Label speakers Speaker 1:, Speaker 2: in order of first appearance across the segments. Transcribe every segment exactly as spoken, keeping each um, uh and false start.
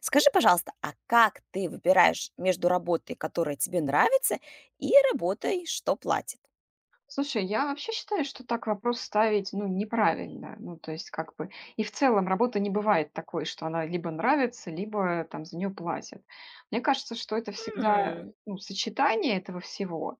Speaker 1: Скажи, пожалуйста, а как ты выбираешь между работой, которая тебе нравится, и работой, что платит?
Speaker 2: Слушай, я вообще считаю, что так вопрос ставить, ну, неправильно. Ну, то есть, как бы, и в целом работа не бывает такой, что она либо нравится, либо там за нее платят. Мне кажется, что это всегда,
Speaker 1: М,
Speaker 2: ну, сочетание этого всего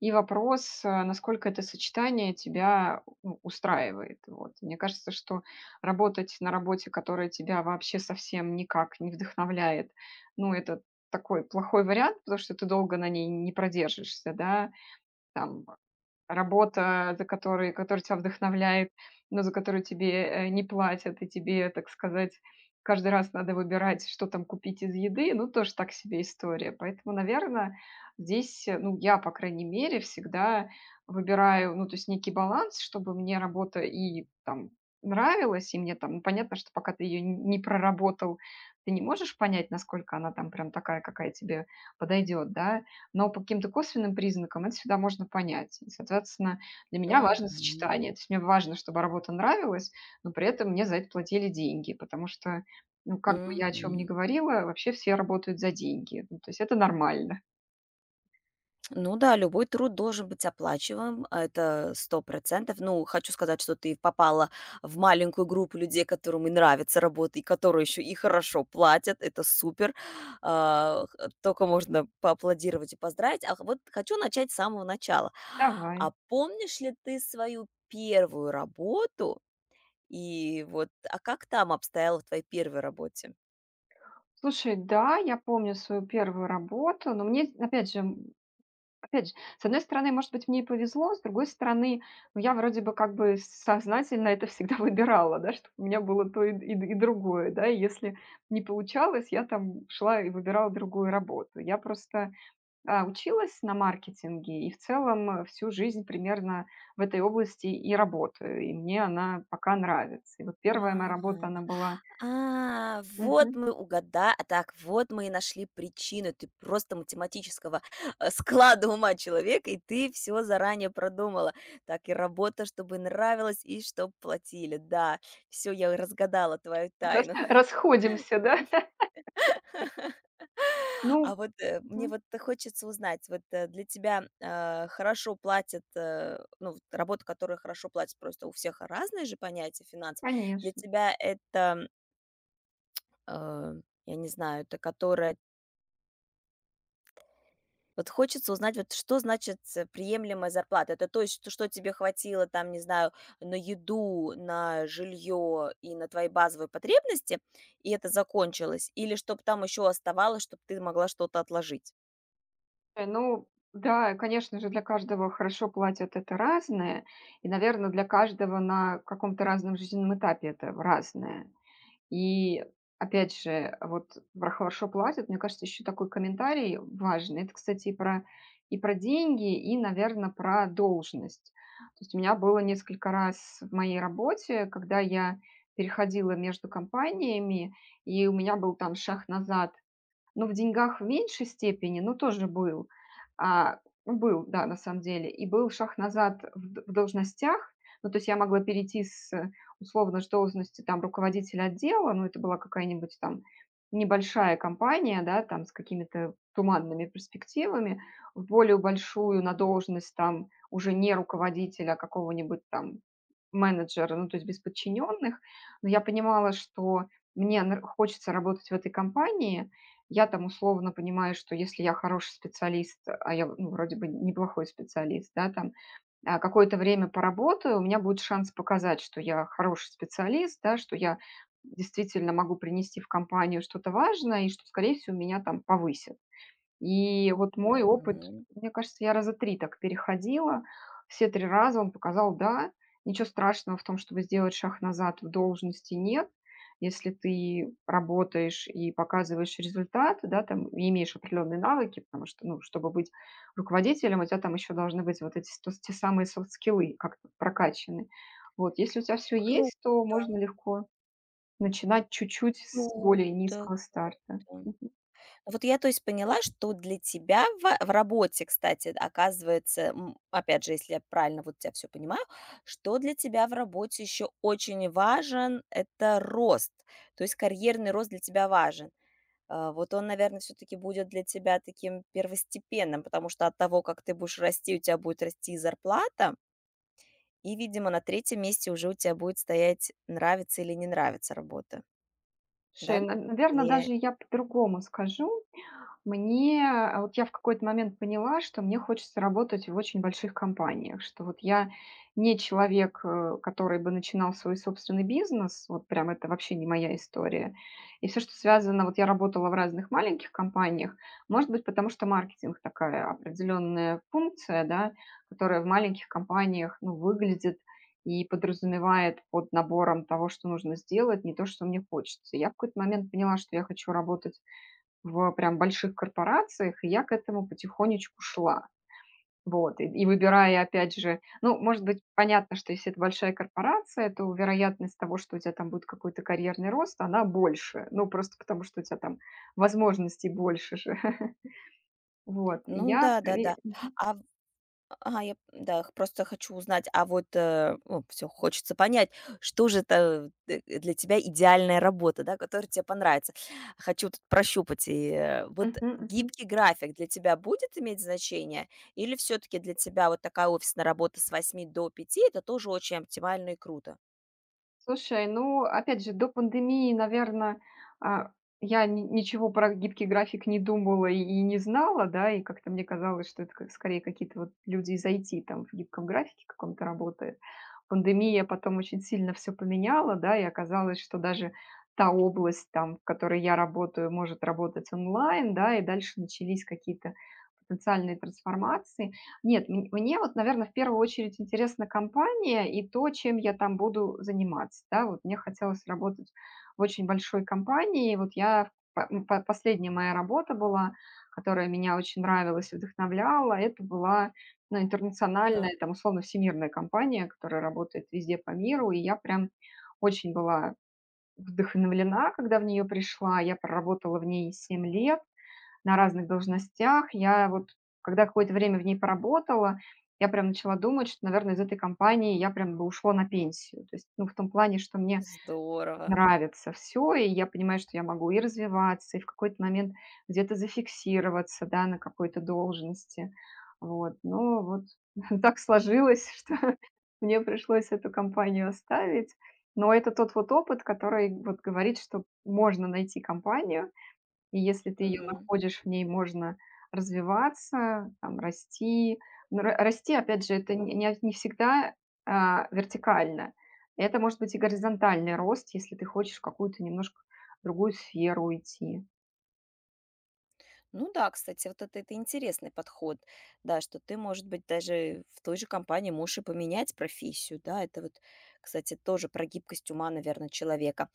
Speaker 2: и вопрос, э, насколько это сочетание тебя ну, устраивает. Вот. Мне кажется, что работать на работе, которая тебя вообще совсем никак не вдохновляет, ну, это такой плохой вариант, потому что ты долго на ней не продержишься, да, там. Работа, за которой которая тебя вдохновляет, но за которую тебе, э, не платят, и тебе, так сказать, каждый раз надо выбирать, что там купить из еды, ну, тоже так себе история. Поэтому, наверное, здесь, э, ну, я, по крайней мере, всегда выбираю, ну, то есть некий баланс, чтобы мне работа и там нравилась, и мне там, ну, понятно, что пока ты ее не проработал, ты не можешь понять, насколько она там прям такая, какая тебе подойдет, да. Но по каким-то косвенным признакам это всегда можно понять. И, соответственно, для меня важно
Speaker 1: мгм,
Speaker 2: сочетание. То есть мне важно, чтобы работа нравилась, но при этом мне за это платили деньги, потому что, ну, как бы я о чем ни
Speaker 1: мгм.
Speaker 2: говорила, вообще все работают за деньги. Ну, то есть это нормально.
Speaker 1: Ну да, любой труд должен быть оплачиваем, а это сто процентов. Ну, хочу сказать, что ты попала в маленькую группу людей, которым и нравится работа, и которые еще и хорошо платят. Это супер. А, х- Только можно поаплодировать и поздравить. А вот хочу начать с самого начала. А
Speaker 2: Давай.
Speaker 1: помнишь ли ты свою первую работу? И вот, а как там обстояло в твоей первой работе?
Speaker 2: Слушай, да, я помню свою первую работу, но мне, опять же, Опять же, с одной стороны, может быть, мне и повезло, с другой стороны, ну, я вроде бы как бы сознательно это всегда выбирала, да, чтобы у меня было то и, и и другое, да, и если не получалось, я там шла и выбирала другую работу. Я просто а, училась на маркетинге и в целом э, всю жизнь примерно в этой области и работаю, и мне она пока нравится. И вот первая моя работа,
Speaker 1: Ага.
Speaker 2: она была...
Speaker 1: А, вот
Speaker 2: Мгм.
Speaker 1: мы угада а, так, вот мы и нашли причину. Ты просто математического, э, склада ума человека, и ты все заранее продумала. Так, и работа, чтобы нравилась, и чтоб платили. Да, все я разгадала твою
Speaker 2: Рас-
Speaker 1: тайну.
Speaker 2: расходимся, да? Ну,
Speaker 1: А вот, э, мне
Speaker 2: мгм,
Speaker 1: вот хочется узнать, вот, э, для тебя, э, хорошо платят, э, ну, вот работа, которая хорошо платит, просто у всех разные же понятия финансов. Для
Speaker 2: конечно.
Speaker 1: тебя это, э, я не знаю, это которая. Вот хочется узнать, вот что значит э, приемлемая зарплата. Это то есть, что что тебе хватило там, не знаю, на еду, на жилье и на твои базовые потребности, и это закончилось, или чтобы там еще оставалось, чтобы ты могла что-то отложить?
Speaker 2: Э, ну да, конечно же, для каждого хорошо платят- это разное. И, наверное, для каждого на каком-то разном жизненном этапе это разное. И опять же, вот про хорошо платят, мне кажется, еще такой комментарий важный. Это, кстати, и про и про деньги, и, наверное, про должность. То есть у меня было несколько раз в моей работе, когда я переходила между компаниями, и у меня был там шаг назад, но в деньгах в меньшей степени, но тоже был. А, ну, был, да, на самом деле. И был шаг назад в д в должностях. Ну, то есть я могла перейти с, э, условно, с должности там руководителя отдела, ну, это была какая-нибудь там небольшая компания, да, там с какими-то туманными перспективами, в более большую на должность там уже не руководителя, а какого-нибудь там менеджера, ну, то есть без подчиненных. Но я понимала, что мне нар хочется работать в этой компании, я там условно понимаю, что если я хороший специалист, а я, ну, вроде бы неплохой специалист, да, там, а, какое-то время поработаю, у меня будет шанс показать, что я хороший специалист, да, что я действительно могу принести в компанию что-то важное и что, скорее всего, меня там повысят. И вот мой опыт,
Speaker 1: Мгм.
Speaker 2: мне кажется, я раза три так переходила. Все три раза он показал: "Да, ничего страшного в том, чтобы сделать шаг назад в должности, нет. Если ты работаешь и показываешь результат, да, там, и имеешь определенные навыки", потому что, ну, чтобы быть руководителем, у тебя там еще должны быть вот эти сто те самые софт-скиллы как-то прокачаны. Вот, если у тебя все
Speaker 1: Круто,
Speaker 2: есть, то можно легко начинать чуть-чуть с более
Speaker 1: круто,
Speaker 2: низкого старта.
Speaker 1: круто. Вот я, то есть, поняла, что для тебя в в работе, кстати, оказывается, м, опять же, если я правильно вот тебя все понимаю, что для тебя в работе еще очень важен — это рост. То есть карьерный рост для тебя важен. Э, вот он, наверное, все таки будет для тебя таким первостепенным, потому что от того, как ты будешь расти, у тебя будет расти и зарплата, и, видимо, на третьем месте уже у тебя будет стоять, нравится или не нравится работа,
Speaker 2: Слушай,
Speaker 1: да?
Speaker 2: на
Speaker 1: Или
Speaker 2: даже я по-другому скажу. Мне, э, вот я в какой-то момент поняла, что мне хочется работать в очень больших компаниях, что вот я не человек, э, который бы начинал свой собственный бизнес, вот прям это вообще не моя история. И все, что связано, вот я работала в разных маленьких компаниях, может быть, потому что маркетинг такая определенная функция, да, которая в маленьких компаниях, ну, выглядит и подразумевает под набором того, что нужно сделать, не то, что мне хочется. Я в какой-то момент поняла, что я хочу работать в прям больших корпорациях, и я к этому потихонечку шла. Вот, и и выбирая, опять же, ну, может быть, понятно, что если это большая корпорация, то вероятность того, что у тебя там будет какой-то карьерный рост, она больше. Ну, просто потому что у тебя там возможностей больше же. Вот, и
Speaker 1: Ну
Speaker 2: я
Speaker 1: да, да-да.
Speaker 2: скорее... Мгм.
Speaker 1: А Ага, я, да, х просто хочу узнать, а вот, все хочется понять, что же это, э, для тебя идеальная работа, да, которая тебе понравится. Хочу тут прощупать. И, э, вот
Speaker 2: Мгм.
Speaker 1: гибкий график для тебя будет иметь значение? Или все таки для тебя вот такая офисная работа с восьми до пяти это тоже очень оптимально и круто?
Speaker 2: Слушай, ну, опять же, до пандемии, наверное, я ни ничего про гибкий график не думала и и не знала, да, и как-то мне казалось, что это как скорее какие-то вот люди из I T там в гибком графике каком-то работают. Пандемия потом очень сильно все поменяла, да, и оказалось, что даже та область, там, в которой я работаю, может работать онлайн, да, и дальше начались какие-то потенциальные трансформации. Нет, мн мне вот, наверное, в первую очередь интересна компания и то, чем я там буду заниматься. Да, вот мне хотелось работать в очень большой компании. Вот я в по м, по последняя моя работа была, которая меня очень нравилась и вдохновляла. Это была, ну, интернациональная,
Speaker 1: Ага.
Speaker 2: там, условно, всемирная компания, которая работает везде по миру. И я прям очень была вдохновлена, когда в нее пришла. Я проработала в ней семь лет на разных должностях. Я вот, когда какое-то время в ней поработала, я прям начала думать, что, наверное, из этой компании я прям бы ушла на пенсию. То есть, ну, в том плане, что мне
Speaker 1: Здорово.
Speaker 2: нравится все, и я понимаю, что я могу и развиваться, и в какой-то момент где-то зафиксироваться, да, на какой-то должности. Вот, но вот так сложилось, что мне пришлось эту компанию оставить. Но это тот вот опыт, который вот говорит, что можно найти компанию, и если ты ее
Speaker 1: Мгм.
Speaker 2: находишь, в ней можно развиваться, там, расти. Но ра расти, опять же, это не не не всегда, а, вертикально. Это может быть и горизонтальный рост, если ты хочешь в какую-то немножко другую сферу идти.
Speaker 1: Ну да, кстати, вот это, это интересный подход, да, что ты, может быть, даже в той же компании можешь и поменять профессию, да, это вот, кстати, тоже про гибкость ума, наверное, человека.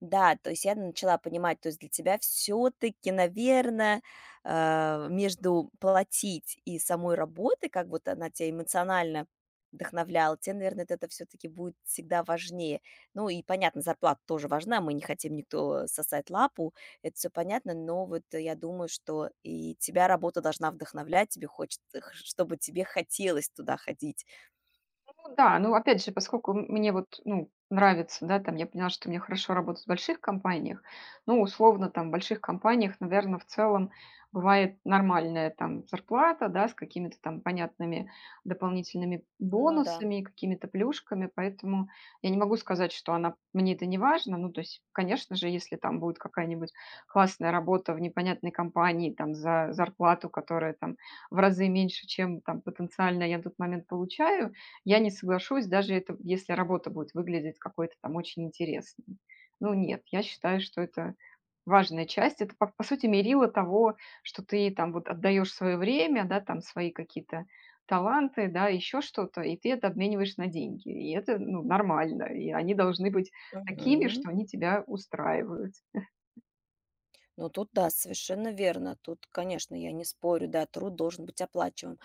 Speaker 1: Да, то есть я начала понимать, то есть для тебя все-таки, наверное, между платить и самой работой, как вот она тебя эмоционально вдохновляла, тебе, наверное, это все-таки будет всегда важнее. Ну и, понятно, зарплата тоже важна, мы не хотим никто сосать лапу, это все понятно, но вот я думаю, что и тебя работа должна вдохновлять, тебе хочется, х чтобы тебе хотелось туда ходить.
Speaker 2: Ну да, ну опять же, поскольку м мне вот, ну, нравится, да, там я поняла, что мне хорошо работать в больших компаниях. Ну, условно, там в больших компаниях, наверное, в целом бывает нормальная там зарплата, да, с какими-то там понятными дополнительными
Speaker 1: Ну да.
Speaker 2: бонусами, какими-то плюшками, поэтому я не могу сказать, что она мне это не важно. Ну, то есть, конечно же, если там будет какая-нибудь классная работа в непонятной компании, там за зарплату, которая там в разы меньше, чем там потенциально я на тот момент получаю, я не соглашусь, даже это, если работа будет выглядеть какой-то там очень интересной. Ну нет, я считаю, что это важная часть. Это, по, по сути, мерило того, что ты там вот отдаешь свое время, да, там свои какие-то таланты, да, еще что-то, и ты это обмениваешь на деньги. И это ну, нормально. И они должны быть такими,
Speaker 1: Мгм.
Speaker 2: что они тебя устраивают.
Speaker 1: Ну тут да, совершенно верно. Тут, конечно, я не спорю, да, труд должен быть оплачиваем.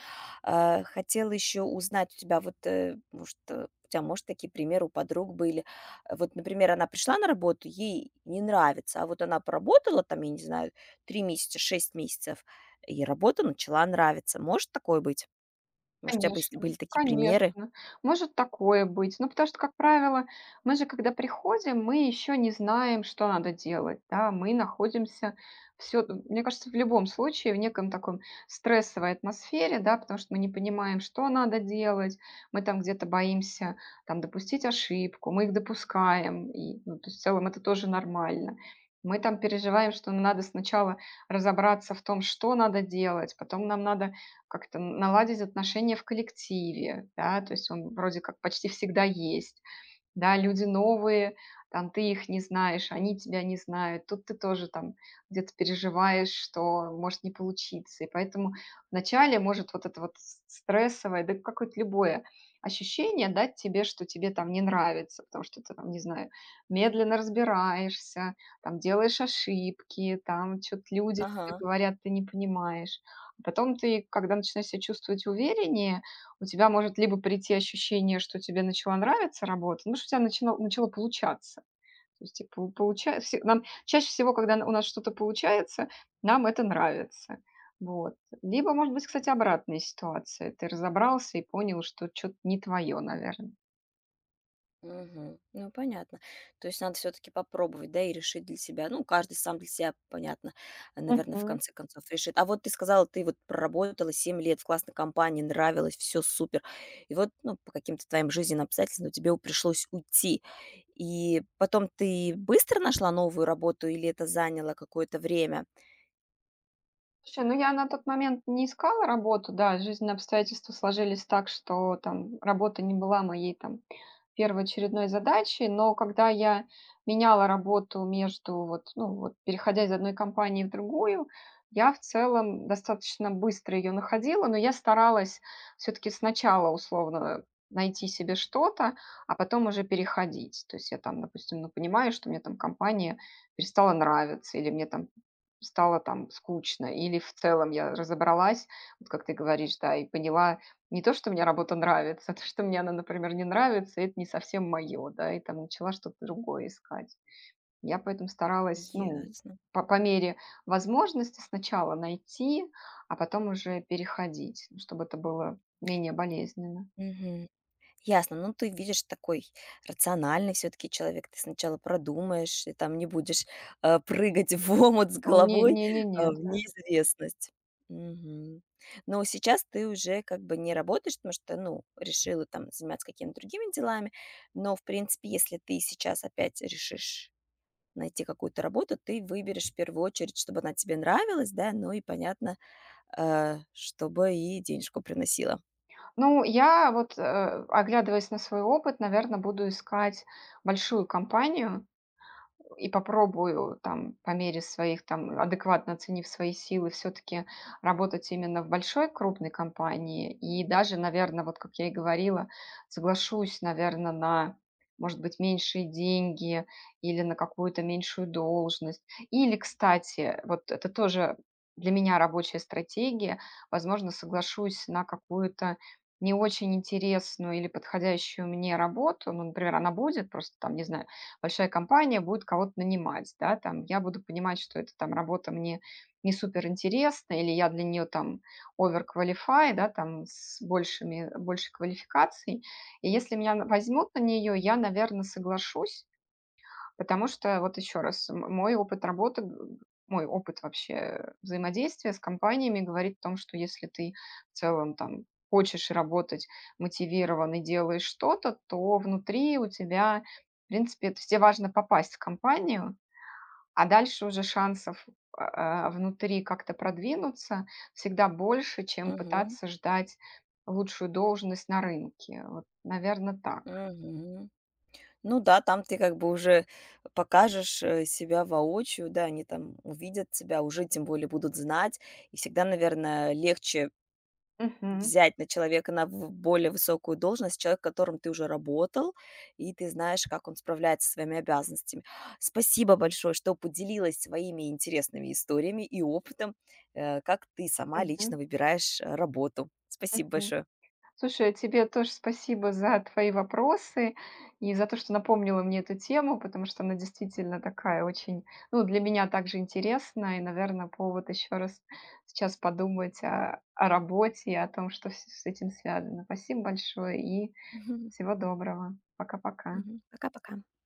Speaker 1: А, хотела еще узнать у тебя вот, э, может, э, у тебя может, такие примеры у подруг были. Э, Вот, например, она пришла на работу, ей не нравится, а вот она поработала там, я не знаю, три месяца, шесть месяцев, и работа начала нравиться. Может такое быть? Может, у тебя быс
Speaker 2: Конечно,
Speaker 1: были такие примеры?
Speaker 2: конечно, может такое быть. Ну, потому что, как правило, мы же, когда приходим, мы еще не знаем, что надо делать, да, мы находимся все, мне кажется, в любом случае в неком таком стрессовой атмосфере, да, потому что мы не понимаем, что надо делать, мы там где-то боимся, там, допустить ошибку, мы их допускаем, и, ну, то есть в целом это тоже нормально. Мы там переживаем, что надо сначала разобраться в том, что надо делать, потом нам надо как-то наладить отношения в коллективе, да, то есть он вроде как почти всегда есть. Да, люди новые, там ты их не знаешь, они тебя не знают. Тут ты тоже там где-то переживаешь, что может не получиться. И поэтому вначале может вот это вот с- стрессовое, да какое-то любое ощущение дать тебе, что тебе там не нравится, потому что ты там, не знаю, медленно разбираешься, там делаешь ошибки, там что-то люди тебе
Speaker 1: Ага,
Speaker 2: говорят, ты не понимаешь. А Потом ты, когда начинаешь себя чувствовать увереннее, у тебя может либо прийти ощущение, что тебе начала нравиться работа, ну, что у тебя начало, начало получаться. То есть, типа, получается, нам чаще всего, когда у нас что-то получается, нам это нравится. Вот. Либо, может быть, кстати, обратная ситуация. Ты разобрался и понял, что что-то не твое, наверное.
Speaker 1: мгм. Ну, понятно. То есть надо все таки попробовать, да, и решить для себя. Ну, каждый сам для себя, понятно, наверное, в конце концов решит. А вот ты сказала, ты вот проработала семь лет в классной компании, нравилось, все супер. И вот, ну, по каким-то твоим жизненным обстоятельствам тебе у пришлось уйти. И потом ты быстро нашла новую работу или это заняло какое-то время?
Speaker 2: Слушай, ну я на тот момент не искала работу, да, жизненные обстоятельства сложились так, что там работа не была моей там первоочередной задачей, но когда я меняла работу между вот, ну вот, переходя из одной компании в другую, я в целом достаточно быстро ее находила, но я старалась все-таки сначала условно найти себе что-то, а потом уже переходить. То есть я там, допустим, ну, понимаю, что мне там компания перестала нравиться, или мне там Стало там скучно или в целом я разобралась, вот как ты говоришь, да, и поняла не то, что мне работа нравится, а то, что мне она, например, не нравится, и это не совсем мое, да, и там начала что-то другое искать. Я поэтому старалась, ну,
Speaker 1: Ясно.
Speaker 2: по, по мере возможности сначала найти, а потом уже переходить, ну, чтобы это было менее болезненно.
Speaker 1: Ясно. Ну, ты видишь, такой рациональный все-таки человек. Ты сначала продумаешь, и там не будешь э, прыгать в омут с
Speaker 2: О, не,
Speaker 1: головой,
Speaker 2: не, не,
Speaker 1: э,
Speaker 2: не,
Speaker 1: в
Speaker 2: да.
Speaker 1: неизвестность. Мгм. Но сейчас ты уже как бы не работаешь, потому что, ну, решила там заниматься какими-то другими делами. Но, в принципе, если ты сейчас опять решишь найти какую-то работу, ты выберешь в первую очередь, чтобы она тебе нравилась, да, ну и, понятно, э, чтобы и денежку приносила.
Speaker 2: Ну, я вот, э, оглядываясь на свой опыт, наверное, буду искать большую компанию, и попробую там по мере своих, там, адекватно оценив свои силы, все-таки работать именно в большой крупной компании. И даже, наверное, вот как я и говорила, соглашусь, наверное, на, может быть, меньшие деньги или на какую-то меньшую должность. Или, кстати, вот это тоже для меня рабочая стратегия, возможно, соглашусь на какую-то не очень интересную или подходящую мне работу, ну, например, она будет, просто там, не знаю, большая компания будет кого-то нанимать, да, там, я буду понимать, что эта там работа мне не супер интересна, или я для нее там overqualify, да, там, с большими, большей квалификацией. И если меня возьмут на нее, я, наверное, соглашусь, Потому что, вот еще раз, м мой опыт работы, г мой опыт вообще взаимодействия с компаниями говорит о том, что если ты в целом там хочешь работать мотивирован и делаешь что-то, то внутри у тебя, в принципе, то есть важно попасть в компанию, а дальше уже шансов, а, а, внутри как-то продвинуться всегда больше, чем пытаться ждать лучшую должность на рынке. Вот, наверно, так.
Speaker 1: Угу, ну да, там ты как бы уже покажешь, э, себя воочию, да, они там увидят тебя, уже тем более будут знать. И всегда, наверное, легче
Speaker 2: Мгм,
Speaker 1: взять на человека на в более высокую должность, человек, которым ты уже работал, и ты знаешь, как он справляется со своими обязанностями. Спасибо большое, что поделилась своими интересными историями и опытом, э, как ты сама лично
Speaker 2: мгм,
Speaker 1: выбираешь, э, работу. Спасибо
Speaker 2: мгм.
Speaker 1: большое.
Speaker 2: Слушай, а тебе тоже спасибо за твои вопросы и за то, что напомнила мне эту тему, потому что она действительно такая очень, ну, для меня также интересная, и, наверное, повод еще раз сейчас подумать о, о работе и о том, что с с этим связано. Спасибо большое и
Speaker 1: Мгм.
Speaker 2: всего доброго. Пока-пока.
Speaker 1: Пока-пока.